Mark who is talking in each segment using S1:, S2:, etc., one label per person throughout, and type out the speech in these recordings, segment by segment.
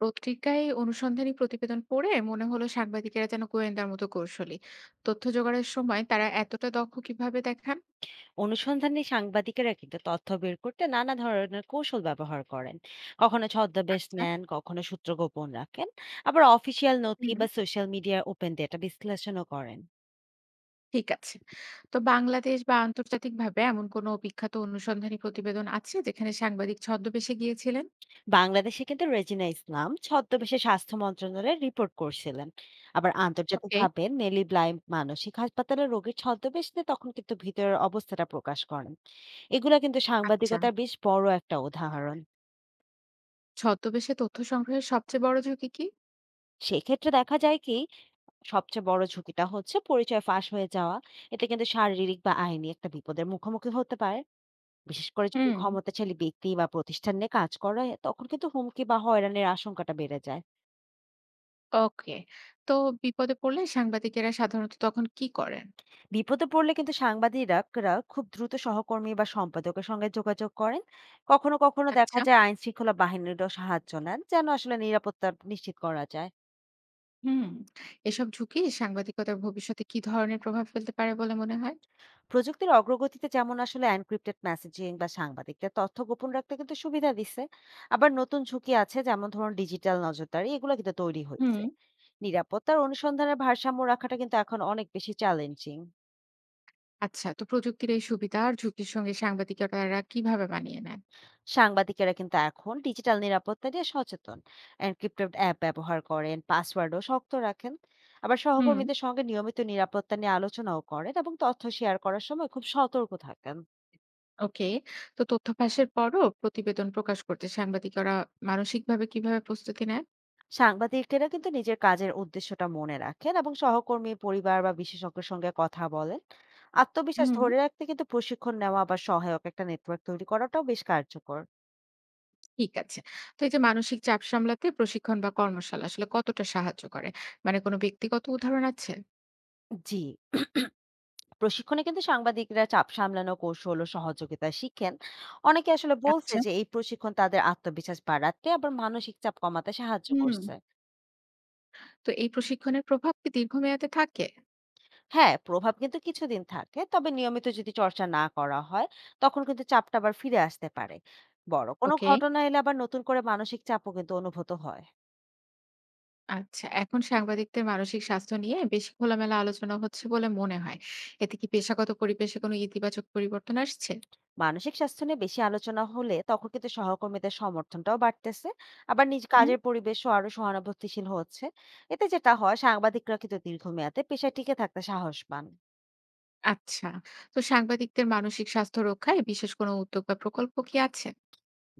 S1: পত্রিকায় অনুসন্ধানী প্রতিবেদন পড়ে মনে হলো সাংবাদিকেরা যেন গোয়েন্দার মতো কৌশলী। তথ্য জোগাড়ের সময় তারা এতটা দক্ষ কিভাবে দেখান?
S2: অনুসন্ধানী সাংবাদিকেরা কিন্তু তথ্য বের করতে নানা ধরনের কৌশল ব্যবহার করেন। কখনো ছদ্মবেশ
S1: আচ্ছা।
S2: নেন, কখনো সূত্র গোপন রাখেন। আবার অফিসিয়াল নথি
S1: হুম।
S2: বা সোশ্যাল মিডিয়ার ওপেন ডেটা বিশ্লেষণও করেন।
S1: ঠিক আছে। তো বাংলাদেশ বা আন্তর্জাতিক ভাবে এমন কোনো বিখ্যাত অনুসন্ধানী প্রতিবেদন আছে যেখানে সাংবাদিক ছদ্মবেশে গিয়েছিলেন?
S2: বাংলাদেশে কিন্তু রেজিনা ইসলাম ছদ্মবেশে স্বাস্থ্য মন্ত্রণালয়ে রিপোর্ট করছিলেন। আবার
S1: ওকে।
S2: আন্তর্জাতিকভাবে নেলি ব্লাইম মানসিক হাসপাতালে রোগীর ছদ্মবেশ নিয়ে তখন কিন্তু ভিতরের অবস্থাটা প্রকাশ করেন। এগুলা কিন্তু
S1: আচ্ছা।
S2: সাংবাদিকতার বেশ বড় একটা উদাহরণ।
S1: ছদ্মবেশে তথ্য সংগ্রহের সবচেয়ে বড় ঝুঁকি কি?
S2: সেক্ষেত্রে দেখা যায় কি, সবচেয়ে বড় ঝুঁকিটা হচ্ছে পরিচয় ফাঁস হয়ে যাওয়া। এতে কিন্তু শারীরিক বা আইনি একটা বিপদের মুখোমুখি হতে পারে। বিশেষ করে যদি
S1: হুম।
S2: ক্ষমতাশালী ব্যক্তি বা প্রতিষ্ঠান নিয়ে কাজ করা হয়, তখন কিন্তু হুমকি বা হয়রানির আশঙ্কাটা বেড়ে যায়।
S1: ওকে। তো বিপদে পড়লে সাংবাদিকেরা সাধারণত তখন কি করেন?
S2: বিপদে পড়লে কিন্তু সাংবাদিকরা খুব দ্রুত সহকর্মী বা সম্পাদকের সঙ্গে যোগাযোগ করেন। কখনো কখনো দেখা
S1: আচ্ছা।
S2: যায় আইন শৃঙ্খলা বাহিনীরও সাহায্য নেন, যেন আসলে নিরাপত্তা নিশ্চিত করা যায়।
S1: হুম, এসব ঝুঁকি সাংবাদিকতার ভবিষ্যতে কি ধরনের প্রভাব ফেলতে পারে বলে মনে হয়?
S2: প্রযুক্তির অগ্রগতিতে যেমন আসলে এনক্রিপ্টেড মেসেজিং বা সাংবাদিকদের তথ্য গোপন রাখতে কিন্তু সুবিধা দিচ্ছে। আবার নতুন ঝুঁকি আছে, যেমন ধরুন ডিজিটাল নজরদারি, এগুলো কিন্তু তৈরি
S1: হুম।
S2: হয়েছে। নিরাপত্তার অনুসন্ধানের ভারসাম্য রাখাটা কিন্তু এখন অনেক বেশি চ্যালেঞ্জিং।
S1: আচ্ছা, তো প্রযুক্তির এই সুবিধা আর ঝুঁকির সঙ্গে সাংবাদিকতারা কিভাবে মানিয়ে নেন?
S2: সাংবাদিকেরা কিন্তু এখন ডিজিটাল নিরাপত্তা নিয়ে সচেতন। এনক্রিপ্টেড অ্যাপ ব্যবহার করেন, পাসওয়ার্ডও শক্ত রাখেন। আবার
S1: হুম।
S2: সহকর্মীদের সঙ্গে নিয়মিত নিরাপত্তা নিয়ে আলোচনাও করেন এবং তথ্য শেয়ার করার সময় খুব সতর্ক থাকেন।
S1: ওকে, তো তথ্য ফাঁসের পরও প্রতিবেদন প্রকাশ করতে সাংবাদিকরা মানসিকভাবে কিভাবে প্রস্তুতি নেন?
S2: সাংবাদিকেরা কিন্তু নিজের কাজের উদ্দেশ্যটা মনে রাখেন এবং সহকর্মী, পরিবার বা বিশেষজ্ঞের সঙ্গে কথা বলেন। আত্মবিশ্বাস
S1: হুম।
S2: ধরে রাখতে কিন্তু প্রশিক্ষণ নেওয়া বা সহায়ক একটা নেটওয়ার্ক তৈরি করাটাও বেশ কার্যকর।
S1: ঠিক আছে। তো এই যে মানসিক চাপ সামলাতে প্রশিক্ষণ বা কর্মশালা আসলে কতটা সাহায্য করে? মানে কোনো ব্যক্তিগত উদাহরণ আছে?
S2: জি, প্রশিক্ষণে কিন্তু সাংবাদিকরা চাপ সামলানো কৌশল ও সহযোগিতা শিখেন। অনেকে আসলে বলছে
S1: আচ্ছা।
S2: যে এই প্রশিক্ষণ তাদের আত্মবিশ্বাস বাড়াতে আবার মানসিক চাপ কমাতে সাহায্য
S1: হুম,
S2: করছে।
S1: তো এই প্রশিক্ষণের প্রভাব কি দীর্ঘমেয়াদে থাকে?
S2: হ্যাঁ, প্রভাব কিন্তু কিছুদিন থাকে। তবে নিয়মিত যদি চর্চা না করা হয়, তখন কিন্তু চাপটা আবার ফিরে আসতে পারে। বড় কোনো
S1: ওকে।
S2: ঘটনা এলে আবার নতুন করে মানসিক চাপও কিন্তু অনুভূত হয়।
S1: আচ্ছা, এখন সাংবাদিকদের মানসিক স্বাস্থ্য নিয়ে বেশি খোলামেলা আলোচনা হচ্ছে বলে মনে হয়। এতে কি পেশাগত পরিবেশে কোনো ইতিবাচক পরিবর্তন আসছে?
S2: মানসিক স্বাস্থ্য নিয়ে বেশি আলোচনা হলে তখন কিন্তু সহকর্মীদের সমর্থনটাও বাড়তেছে। আবার নিজ
S1: হুম।
S2: কাজের পরিবেশও আরো সহানুভূতিশীল হচ্ছে। এতে যেটা হয়, সাংবাদিকরা কিন্তু দীর্ঘমেয়াদে পেশায় টিকে থাকতে সাহস পান।
S1: আচ্ছা, তো সাংবাদিকদের মানসিক স্বাস্থ্য রক্ষায় বিশেষ কোনো উদ্যোগ বা প্রকল্প কি আছে?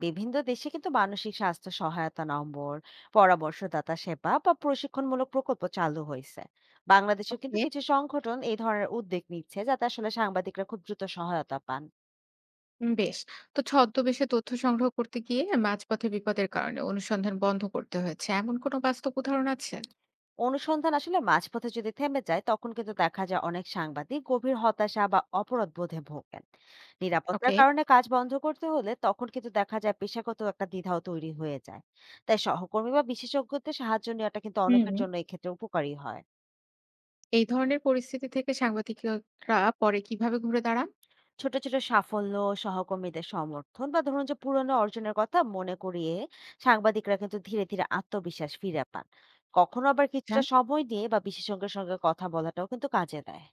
S2: বিভিন্ন দেশে কিন্তু মানসিক স্বাস্থ্য সহায়তা নম্বর, পরামর্শদাতা সেবা বা প্রশিক্ষণমূলক প্রকল্প চালু হয়েছে। বাংলাদেশেও কিন্তু
S1: ওকে।
S2: কিছু সংগঠন এই ধরনের উদ্যোগ নিচ্ছে, যাতে আসলে সাংবাদিকরা খুব দ্রুত সহায়তা পান।
S1: বেশ। তো ছদ্মবেশে তথ্য সংগ্রহ করতে গিয়ে মাঝপথে বিপদের কারণে অনুসন্ধান বন্ধ করতে হয়েছে এমন কোনো বাস্তব উদাহরণ আছে?
S2: অনুসন্ধান আসলে মাঝপথে যদি থেমে যায়, তখন কিন্তু দেখা যায় অনেক সাংবাদিক গভীর হতাশা বা অপরাধ বোধে ভোগেন। নিরাপত্তার
S1: ওকে।
S2: কারণে কাজ বন্ধ করতে হলে তখন কিন্তু দেখা যায় পেশাগত একটা দ্বিধাও তৈরি হয়ে যায়। তাই সহকর্মী বা বিশেষজ্ঞদের সাহায্য নেওয়াটা কিন্তু
S1: হুম।
S2: অনেকের জন্য এক্ষেত্রে উপকারী হয়।
S1: এই ধরনের পরিস্থিতি থেকে সাংবাদিকরা পরে কিভাবে ঘুরে দাঁড়ান?
S2: ছোট, ছোট সাফল্য, সহকর্মীদের সমর্থন বা ধরুন যে পুরনো অর্জনের কথা মনে করিয়ে সাংবাদিকরা কিন্তু ধীরে, ধীরে আত্মবিশ্বাস ফিরে পান। কখনো আবার কিছুটা সময় নিয়ে বা বিশেষজ্ঞের সঙ্গে কথা বলাটাও কিন্তু কাজে দেয়।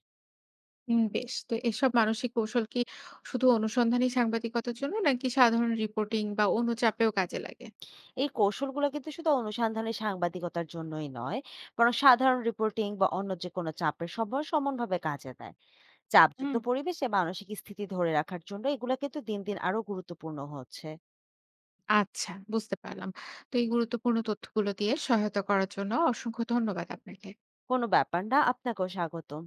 S1: হুম, বেশ। তো এসব মানসিক কৌশল কি শুধু অনুসন্ধানী সাংবাদিকতার জন্য নাকি সাধারণ রিপোর্টিং বা অন্য চাপেও কাজে লাগে?
S2: এই কৌশলগুলো কিন্তু শুধু অনুসন্ধানী সাংবাদিকতার জন্যই নয়, বরং সাধারণ রিপোর্টিং বা অন্য যেকোনো চাপের সময় সমানভাবে কাজে দেয়।
S1: হুম।
S2: চাপযুক্ত পরিবেশে মানসিক স্থিতি ধরে রাখার জন্য এগুলো কিন্তু দিন, দিন আরো গুরুত্বপূর্ণ হচ্ছে।
S1: আচ্ছা, বুঝতে পারলাম। তো এই গুরুত্বপূর্ণ তথ্যগুলো দিয়ে সহায়তা করার জন্য অসংখ্য ধন্যবাদ আপনাকে।
S2: কোনো ব্যাপার না, আপনাকেও স্বাগতম।